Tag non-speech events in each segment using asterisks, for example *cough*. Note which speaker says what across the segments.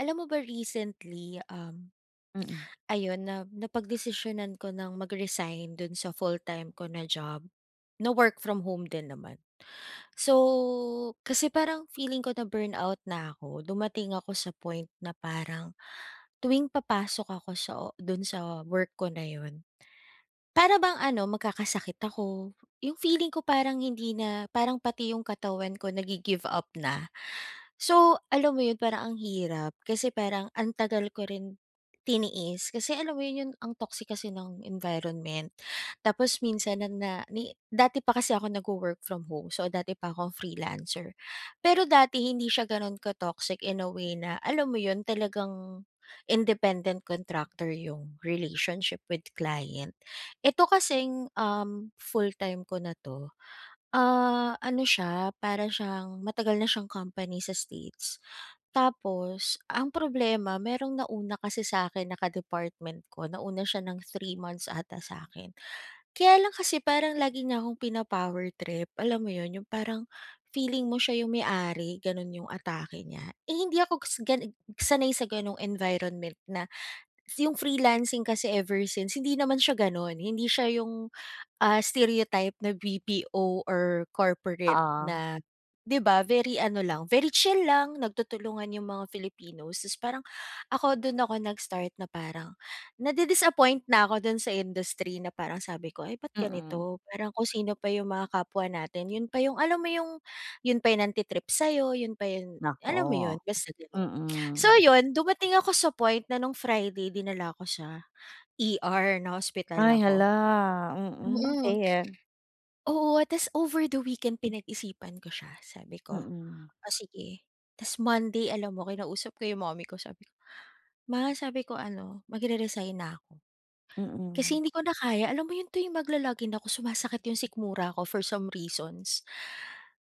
Speaker 1: Alam mo ba recently,
Speaker 2: Mm.
Speaker 1: ayun na napagdesisyonan ko ng mag-resign dun sa full-time ko na job, na work from home din naman. So, kasi parang feeling ko na burnout na ako, dumating ako sa point na parang tuwing papasok ako sa o dun sa work ko na yun, para bang ano magkakasakit ako. Yung feeling ko parang hindi na parang pati yung katawan ko nagi-give up na. So, alam mo yun parang ang hirap kasi parang ang tagal ko rin tiniis kasi alam mo yun yun ang toxic kasi ng environment. Tapos minsan na, na ni, dati pa kasi ako nag work from home. So dati pa ako freelancer. Pero dati hindi siya gano'n ka-toxic in a way na alam mo yun talagang independent contractor yung relationship with client. Ito kasing full-time ko na 'to. Ano siya, para siyang matagal na siyang company sa States. Tapos ang problema merong nauna kasi sa akin na ka-department ko, nauna siya ng 3 months ata sa akin. Kaya lang kasi parang lagi niya akong pina-power trip, alam mo 'yun, yung parang feeling mo siya yung may-ari, gano'n yung atake niya. Eh, hindi ako kas gan sanay sa gano'ng environment na yung freelancing kasi ever since hindi naman siya gano'n, hindi siya yung stereotype na BPO or corporate
Speaker 2: Oo.
Speaker 1: na 'di ba, very ano lang, very chill lang, nagtutulungan yung mga Filipinos. Tapos parang ako dun ako nag-start na parang nadi-disappoint na ako dun sa industry na parang sabi ko, "Ay ba't
Speaker 2: Mm.
Speaker 1: ganito?" Parang kung sino pa yung mga kapwa natin, yun pa yung alam mo yung yun pa yung nangti-trip sa'yo, yun pa yun,
Speaker 2: Naku.
Speaker 1: alam mo yun, basta gano'n. So
Speaker 2: Mm.
Speaker 1: yun, dumating ako sa point na nung Friday dinala ko siya, ER, na-hospital
Speaker 2: Ay, hala,
Speaker 1: ako.
Speaker 2: mm,
Speaker 1: Mm.
Speaker 2: bakit?
Speaker 1: Oo, tas over the weekend pinag-isipan ko siya, sabi ko,
Speaker 2: Mm.
Speaker 1: "O sige." Tas Monday alam mo kinausap ko yung mommy ko sabi ko, "Ma," sabi ko ano, "magre-resign na ako." Kasi
Speaker 2: Mm.
Speaker 1: hindi ko na kaya, alam mo yun tuwing magla-login ako sumasakit yung sikmura ko for some reasons.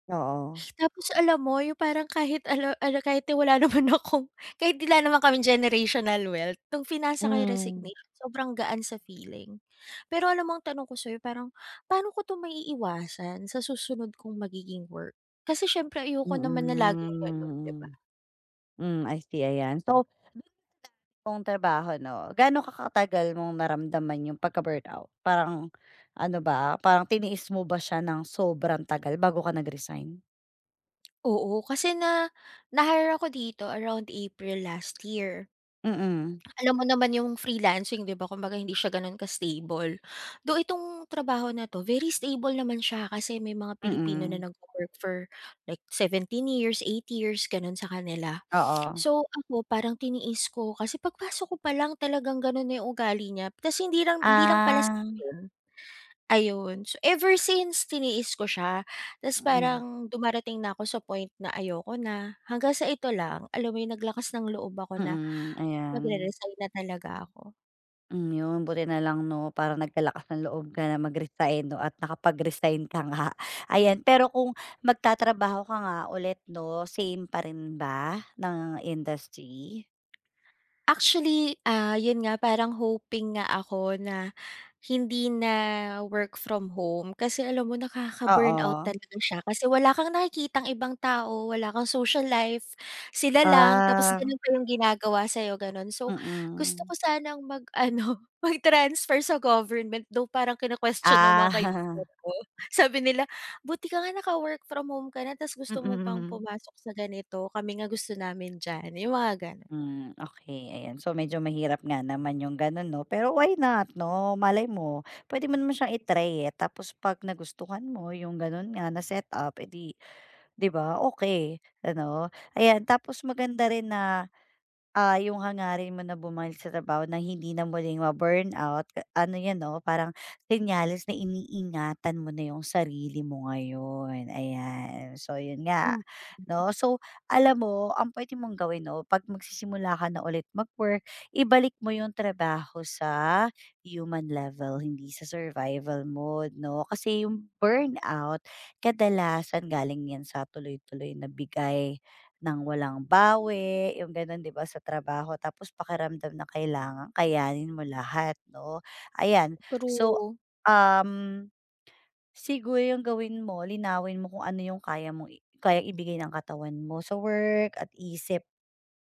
Speaker 2: Oo.
Speaker 1: Tapos alam mo yung parang kahit ala ala kahit wala *laughs* naman akong kahit wala naman kaming generational wealth, nung pinasa ko yung
Speaker 2: Hmm.
Speaker 1: resignation sobrang gaan sa feeling. Pero alam mo ang tanong ko sa'yo parang paano ko 'to maiiwasan sa susunod kong magiging work? Kasi siyempre ayoko naman na laging gano'n, 'di ba?
Speaker 2: Mm. Hmm, I see, ayan. So, kung trabaho 'no, gaano ka katagal mong naramdaman yung pagka-burnout? Parang ano ba, parang tiniis mo ba siya ng sobrang tagal bago ka nag-resign?
Speaker 1: Oo, kasi na na-hire ako dito around April last year.
Speaker 2: Mm,
Speaker 1: Alam mo naman yung freelancing 'di ba kumbaga hindi siya gano'n ka-stable. Though itong trabaho na 'to very stable naman siya kasi may mga Pilipino na
Speaker 2: mm,
Speaker 1: nagwo-work for like 17 years, 8 years gano'n sa kanila.
Speaker 2: oo.
Speaker 1: So ako parang tiniis ko kasi pagpasok ko pa lang talagang gano'n na yung ugali niya tas hindi lang pala
Speaker 2: Ah.
Speaker 1: sa'kin, ayun. So ever since tiniis ko siya tas
Speaker 2: Mm.
Speaker 1: parang dumarating na ako sa point na ayoko na, hanggang sa ito lang alam mo yung naglakas ng loob ako na
Speaker 2: Ayan.
Speaker 1: magre-resign na talaga ako.
Speaker 2: Hmm, 'yun buti na lang 'no, parang nagkalakas ng loob ka na mag-resign 'no, at nakapag-resign ka nga. *laughs* Ayan, pero kung magtatrabaho ka nga ulit 'no, same pa rin ba ng industry?
Speaker 1: Actually, yun nga parang hoping nga ako na hindi na work from home kasi alam mo nakaka-burnout
Speaker 2: Oo.
Speaker 1: talaga siya kasi wala kang nakikitang ibang tao, wala kang social life, sila lang tapos
Speaker 2: Ah.
Speaker 1: ganun pa yung ginagawa sa'yo, ganun. So, gusto
Speaker 2: Mm.
Speaker 1: ko sanang mag-ano, *laughs* mag-transfer sa government though parang kina question ng mga
Speaker 2: Ah.
Speaker 1: kaibigan ko. Sabi nila, "Buti ka nga naka-work from home ka na ta's
Speaker 2: *laughs*
Speaker 1: gusto mo pang
Speaker 2: Mm.
Speaker 1: pumasok sa ganito, kami nga gusto namin diyan." Yung mga ganun.
Speaker 2: Hmm, okey ayan. So, medyo mahirap nga naman yung gano'n 'no, pero why not 'no, malay mo puwede mo naman siyang i-try, eh, tapos 'pag nagustuhan mo yung gano'n nga na setup, eh, 'Di ba, okay ano. Ayan tapos maganda rin na. Yung hangarin mo na bumalik sa trabaho na hindi na muling ma-burnout, ano yan 'no, parang senyales na iniingatan mo na yung sarili mo ngayon, ayan. So yun nga
Speaker 1: Mm.
Speaker 2: 'no, so alam mo ang puwede mong gawin 'no, 'pag magsisimula ka na ulit mag-work, ibalik mo yung trabaho sa human level, hindi sa survival mode 'no. Kasi yung burnout kadalasan galing yan sa tuloy-tuloy na bigay. Ng walang bawi, yung gano'n 'di ba, sa trabaho tapos pakiramdam na kailangan kayanin mo lahat 'no, ayan. So,
Speaker 1: True.
Speaker 2: um, siguro yung gawin mo, linawin mo kung ano yung kaya mong kayang ibigay ng katawan mo sa work at isip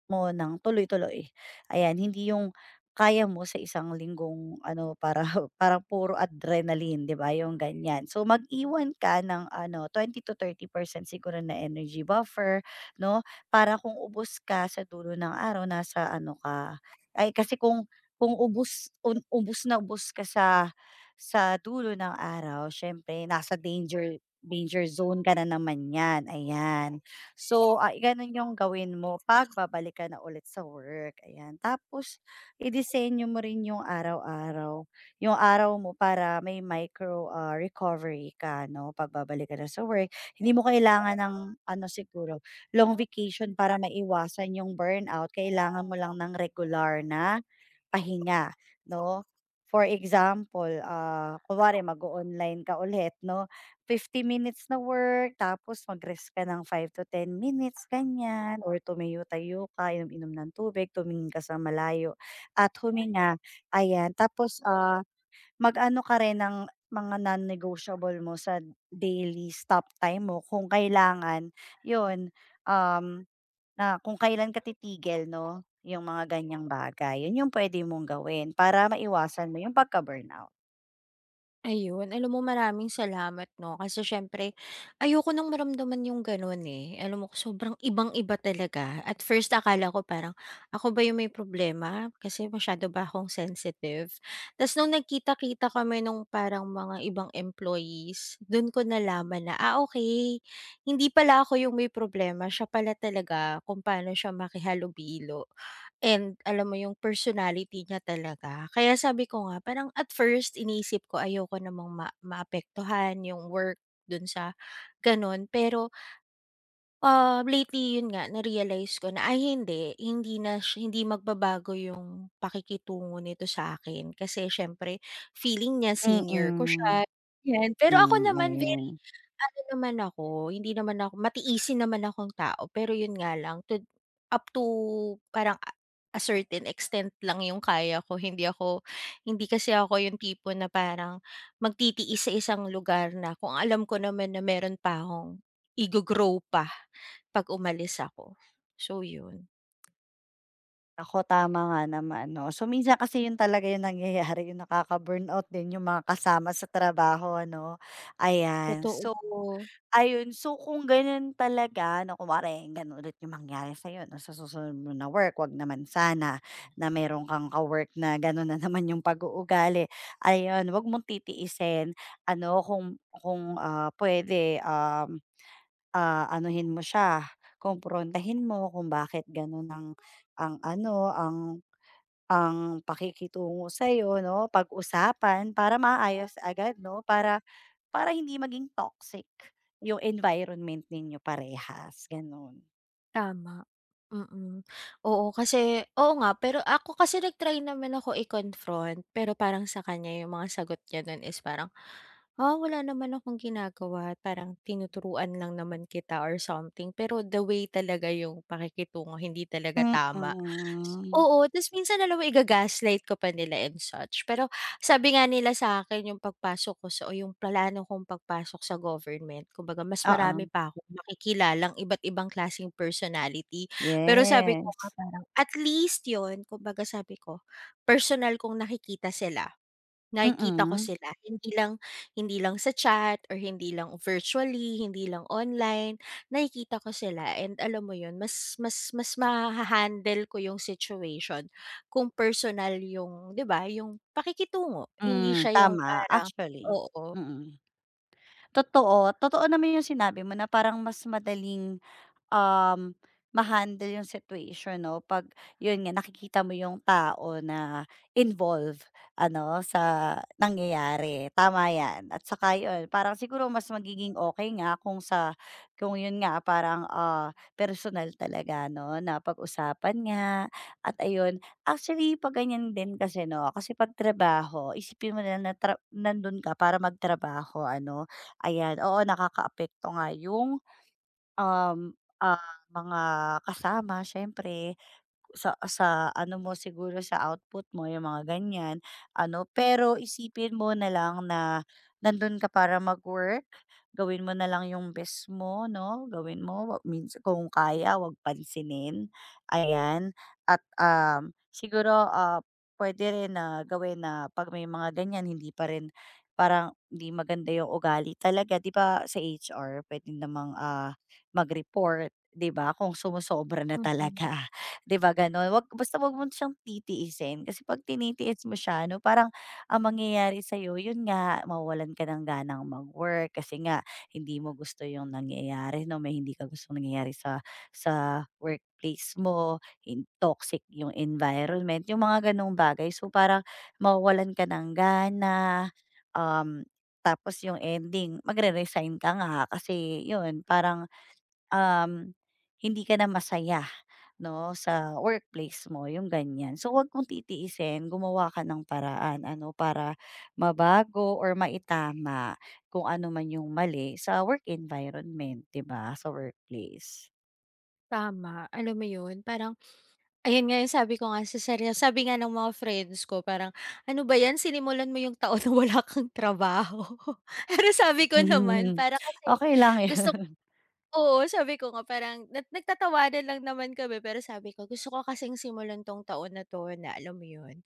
Speaker 2: mo ng tuloy-tuloy. Ayan, hindi yung kaya mo sa isang linggong ano, para *laughs* parang puro adrenaline, 'di ba, yung ganyan. So, mag-iwan ka ng ano, 20% to 30% siguro na energy buffer 'no, para kung ubos ka sa dulo ng araw nasa ano ka ay, kasi kung ubos ubos na ubos ka sa dulo ng araw siyempre nasa danger danger zone ka na naman niyan, ayan. So, ah, gano'n yung gawin mo 'pag babalik ka na ulit sa work, ayan. Tapos idisenyo mo rin yung araw-araw, yung araw mo para may micro, ah, recovery ka 'no 'pag babalik ka na sa work. Hindi mo kailangan ng ano siguro, long vacation para maiwasan yung burnout, kailangan mo lang ng regular na pahinga 'no. For example, ah, kunwari mag online ka ulit 'no, 50 minutes na work tapos mag-rest ka ng 5 to 10 minutes ganyan or tumayo-tayo ka, inom-inom ng tubig, tumingin ka sa malayo at huminga, ayan. Tapos, ah, mag-ano ka rin ng mga non-negotiable mo sa daily stop time mo kung kailangan, yun, um, na kung kailan ka titigil 'no, yung mga ganyang bagay. Yun yung pwede mong gawin para maiwasan mo yung pagka-burnout.
Speaker 1: Ayun, alam mo maraming salamat 'no, kasi siyempre ayoko nang maramdaman yung gano'n, eh. Alam mo sobrang ibang-iba talaga. At first akala ko parang ako ba yung may problema kasi masyado ba akong sensitive? Ta's nung nagkita-kita kami nung parang mga ibang employees, do'n ko nalaman na, okay hindi pala ako yung may problema, siya pala talaga kung paano siya makihalubilo. And alam mo yung personality niya talaga. Kaya sabi ko nga parang at first iniisip ko ayoko namang ma maapektuhan yung work dun sa ganun. Pero, lately yun nga na-realize ko na, ay hindi, hindi na siya hindi magbabago yung pakikitungo nito sa akin kasi siyempre feeling niya senior ko
Speaker 2: Mm.
Speaker 1: siya, yan.
Speaker 2: Mm,
Speaker 1: Pero ako
Speaker 2: mm,
Speaker 1: naman
Speaker 2: ayun.
Speaker 1: ano naman ako, hindi naman ako matiisin naman akong tao pero yun nga lang to up to parang a certain extent lang yung kaya ko. Hindi kasi ako yung tipo na parang magtitiis sa isang lugar na kung alam ko naman na meron pa akong i grow pa 'pag umalis ako. So yun,
Speaker 2: Ako tama nga naman 'no. So, minsan kasi yun talaga yung nangyayari, yung nakaka-burnout din yung mga kasama sa trabaho ano, ayan.
Speaker 1: totoo,
Speaker 2: So, ayun, so kung ganun talaga na kunwari ganun ulit yung mangyari sa'yo 'no, sa susunod mo na work, 'wag naman sana na meron kang ka-work na ganun na naman yung pag-uugali. Ayun, 'wag mong titiisin ano kung, ah, puwede, um, ah, anuhin mo siya, kumprontahin mo kung bakit ganun ang ano, ang pakikitungo sa'yo 'no, pag-usapan para maayos agad 'no, para para hindi maging toxic yung environment ninyo parehas, gano'n.
Speaker 1: tama, mm. Oo, kasi oo nga pero ako kasi nag-try naman ako i-confront pero parang sa kanya yung mga sagot niya nun is parang Ah, wala naman akong ginagawa parang tinuturuan lang naman kita or something pero the way talaga yung pakikitungo hindi talaga tama.
Speaker 2: Mm.
Speaker 1: Oo, tapos minsan alam mo iga-gaslight ko pa nila and such. Pero sabi nga nila sa akin yung pagpasok ko sa o yung plano kong pagpasok sa government kumbaga mas
Speaker 2: Oo,
Speaker 1: marami pa akong makikilalang iba't ibang klaseng personality. Pero sabi ko nga
Speaker 2: yes.
Speaker 1: parang at least yun kumbaga sabi ko, personal kong nakikita sila. Nakikita ko
Speaker 2: Mm,
Speaker 1: sila hindi lang sa chat or hindi lang virtually, hindi lang online, nakikita ko sila and alam mo yun mas mas mas maha-handle ko yung situation kung personal yung 'di ba, yung pakikitungo, hindi
Speaker 2: hmm,
Speaker 1: siya yung
Speaker 2: tama
Speaker 1: parang
Speaker 2: actually,
Speaker 1: oo,
Speaker 2: mm. Totoo, totoo naman yung sinabi mo na parang mas madaling um, ma-handle yung situation 'no, 'pag yun nga nakikita mo yung tao na involved, ano sa nangyayari, tama 'yan. At saka yun, parang siguro mas magiging okay nga kung sa kung yun nga parang, ah, personal talaga 'no, na pag-usapan nga at ayun. Actually 'pag ganyan din kasi 'no, kasi 'pag trabaho isipin mo na na nandun ka para magtrabaho ano, ayan. Oo, nakakaapekto nga yung um, ah, mga kasama siyempre, sa ano mo siguro sa output mo yung mga ganyan, ano. Pero isipin mo na lang na nandun ka para mag-work, gawin mo na lang yung best mo 'no, gawin mo means kung kaya 'wag pansinin, ayan. At, um, siguro, ah, puwede rin na gawin na 'pag may mga ganyan hindi pa rin parang hindi maganda yung ugali talaga 'di ba sa HR puwede namang, ah, mag-report 'di ba kung sumosobra na
Speaker 1: mm,
Speaker 2: talaga. 'Di ba gano'n? Wag basta wag mo siyang titiisin kasi 'pag tinitiis mo siya ano, parang ang mangyayari sa'yo yun nga, mawalan ka ng ganang mag-work kasi nga hindi mo gusto yung nangyayari 'no, may hindi ka gusto nangyayari sa workplace mo, toxic yung environment, yung mga gano'ng bagay. So, parang mawalan ka ng gana, um, tapos yung ending magre-resign ka nga kasi yun parang um, hindi ka na masaya 'no, sa workplace mo, yung ganyan. So, wag mong titiisin, gumawa ka ng paraan ano, para mabago or maitama kung ano man yung mali sa work environment, 'di ba, sa workplace.
Speaker 1: tama alam mo yun parang Ayun nga, yung sabi ko nga sa sarili sabi nga ng mga friends ko parang, "Ano ba 'yan sinimulan mo yung taon na wala kang trabaho." *laughs* Pero sabi ko naman
Speaker 2: Mhm.
Speaker 1: para kasi
Speaker 2: Okey lang *laughs*
Speaker 1: gusto ko
Speaker 2: yun.
Speaker 1: oo, sabi ko nga parang nagtatawanan lang naman kami pero sabi ko, "Gusto ko kasing simulan 'tong taon na 'to na alam mo 'yun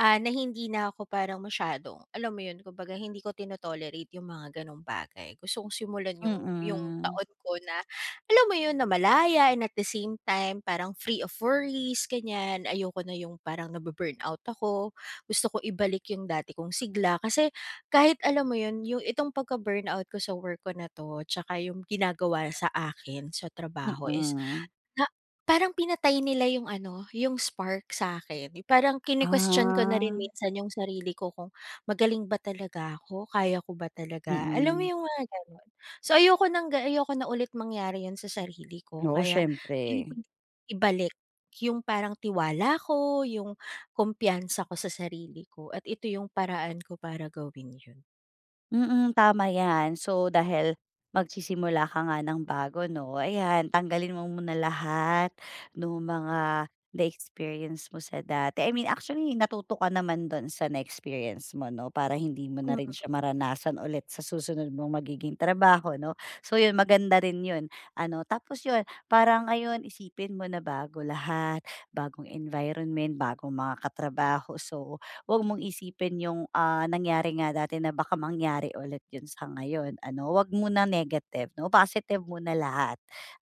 Speaker 1: Ah, na hindi na ako parang masyadong alam mo yun kumbaga hindi ko tino-tolerate yung mga ganong bagay. Gusto kong simulan yung
Speaker 2: Mm,
Speaker 1: taon ko na alam mo yun, na malaya and at the same time parang free of worries ganyan. Ayoko na yung parang nabu out ako, gusto ko ibalik yung dati kong sigla. Kasi kahit alam mo yun, yung itong pagka-burnout ko sa work ko na 'to, tsaka yung ginagawa sa akin sa trabaho is
Speaker 2: mm.
Speaker 1: na parang pinatay nila yung ano, yung spark sa'kin. Parang kini question ko na rin
Speaker 2: Ah,
Speaker 1: minsan yung sarili ko kung magaling ba talaga ako, kaya ko ba talaga, alam mo
Speaker 2: mm.
Speaker 1: yung mga gano'n. So, ayoko ng ga ayoko na ulit mangyari yun sa sarili ko
Speaker 2: Oo,
Speaker 1: kaya
Speaker 2: siyempre.
Speaker 1: pinipilit ibalik yung parang tiwala ko, yung kumpiyansa ko sa sarili ko at ito yung paraan ko para gawin yun.
Speaker 2: Mm, tama 'yan. So, dahil magsisimula ka nga ng bago 'no, ayan tanggalin mo muna lahat nung mga na-experience mo sa dati. I mean, actually natuto ka naman dun sa na-experience mo 'no, para hindi mo na rin siya maranasan ulit sa susunod mong magiging trabaho 'no. So yun, maganda rin yun ano. Tapos yun, parang ngayon isipin mo na bago lahat, bagong environment, bagong mga katrabaho. So wag mong isipin yung, ah, nangyari nga dati na baka mangyari ulit yun sa ngayon ano, wag muna negative 'no, positive muna lahat.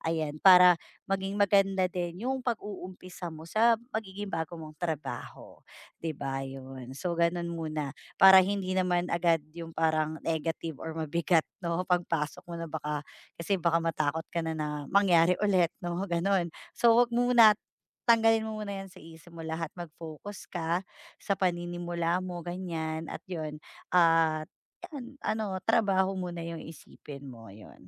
Speaker 2: Ayan, para maging maganda din yung pag-uumpisa mo sa magiging bago mong trabaho, 'di ba yun? So, ganun muna para hindi naman agad yung parang negative or mabigat *laughs* 'no, pagpasok mo na baka kasi baka matakot ka na na mangyari *laughs* ulit 'no, ganun. So, wag muna, tanggalin mo muna yan sa isip mo lahat mag-focus ka sa paninimula mo ganyan at yun, at yan ano trabaho muna yung isipin mo, yun.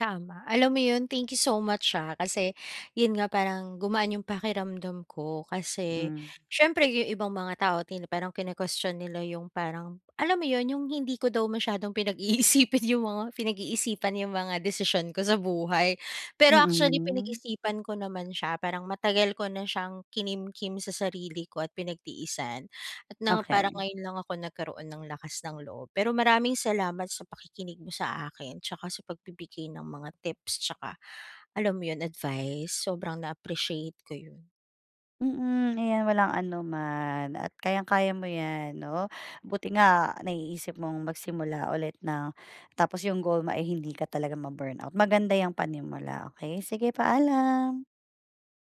Speaker 1: Tama. Alam mo yun, thank you so much, kasi yun nga parang gumaan yung pakiramdam ko kasi
Speaker 2: Mm,
Speaker 1: siyempre yung ibang mga tao parang kine-question nila yung parang alam mo yun, yung hindi ko daw masyadong pinag-iisipin *laughs* yung mga pinag-iisipan yung mga decision ko sa buhay. Pero actually
Speaker 2: mm.
Speaker 1: pinag-isipan ko naman siya, parang matagal ko na siyang kinimkim sa sarili ko at pinagtiisan at na parang
Speaker 2: Okey.
Speaker 1: ngayon lang ako nagkaroon ng lakas ng loob. Pero maraming salamat sa pakikinig mo sa akin tsaka sa pagbibigay ng mga tips tsaka alam mo yun, advice. Sobrang na-appreciate ko yun.
Speaker 2: Mm, ayan walang anuman at kayang-kaya mo yan 'no. Buti nga naiisip mong magsimula ulit ng tapos yung goal mo ay hindi ka talaga ma-burnout. Maganda yang panimula, okey? Sige, paalam.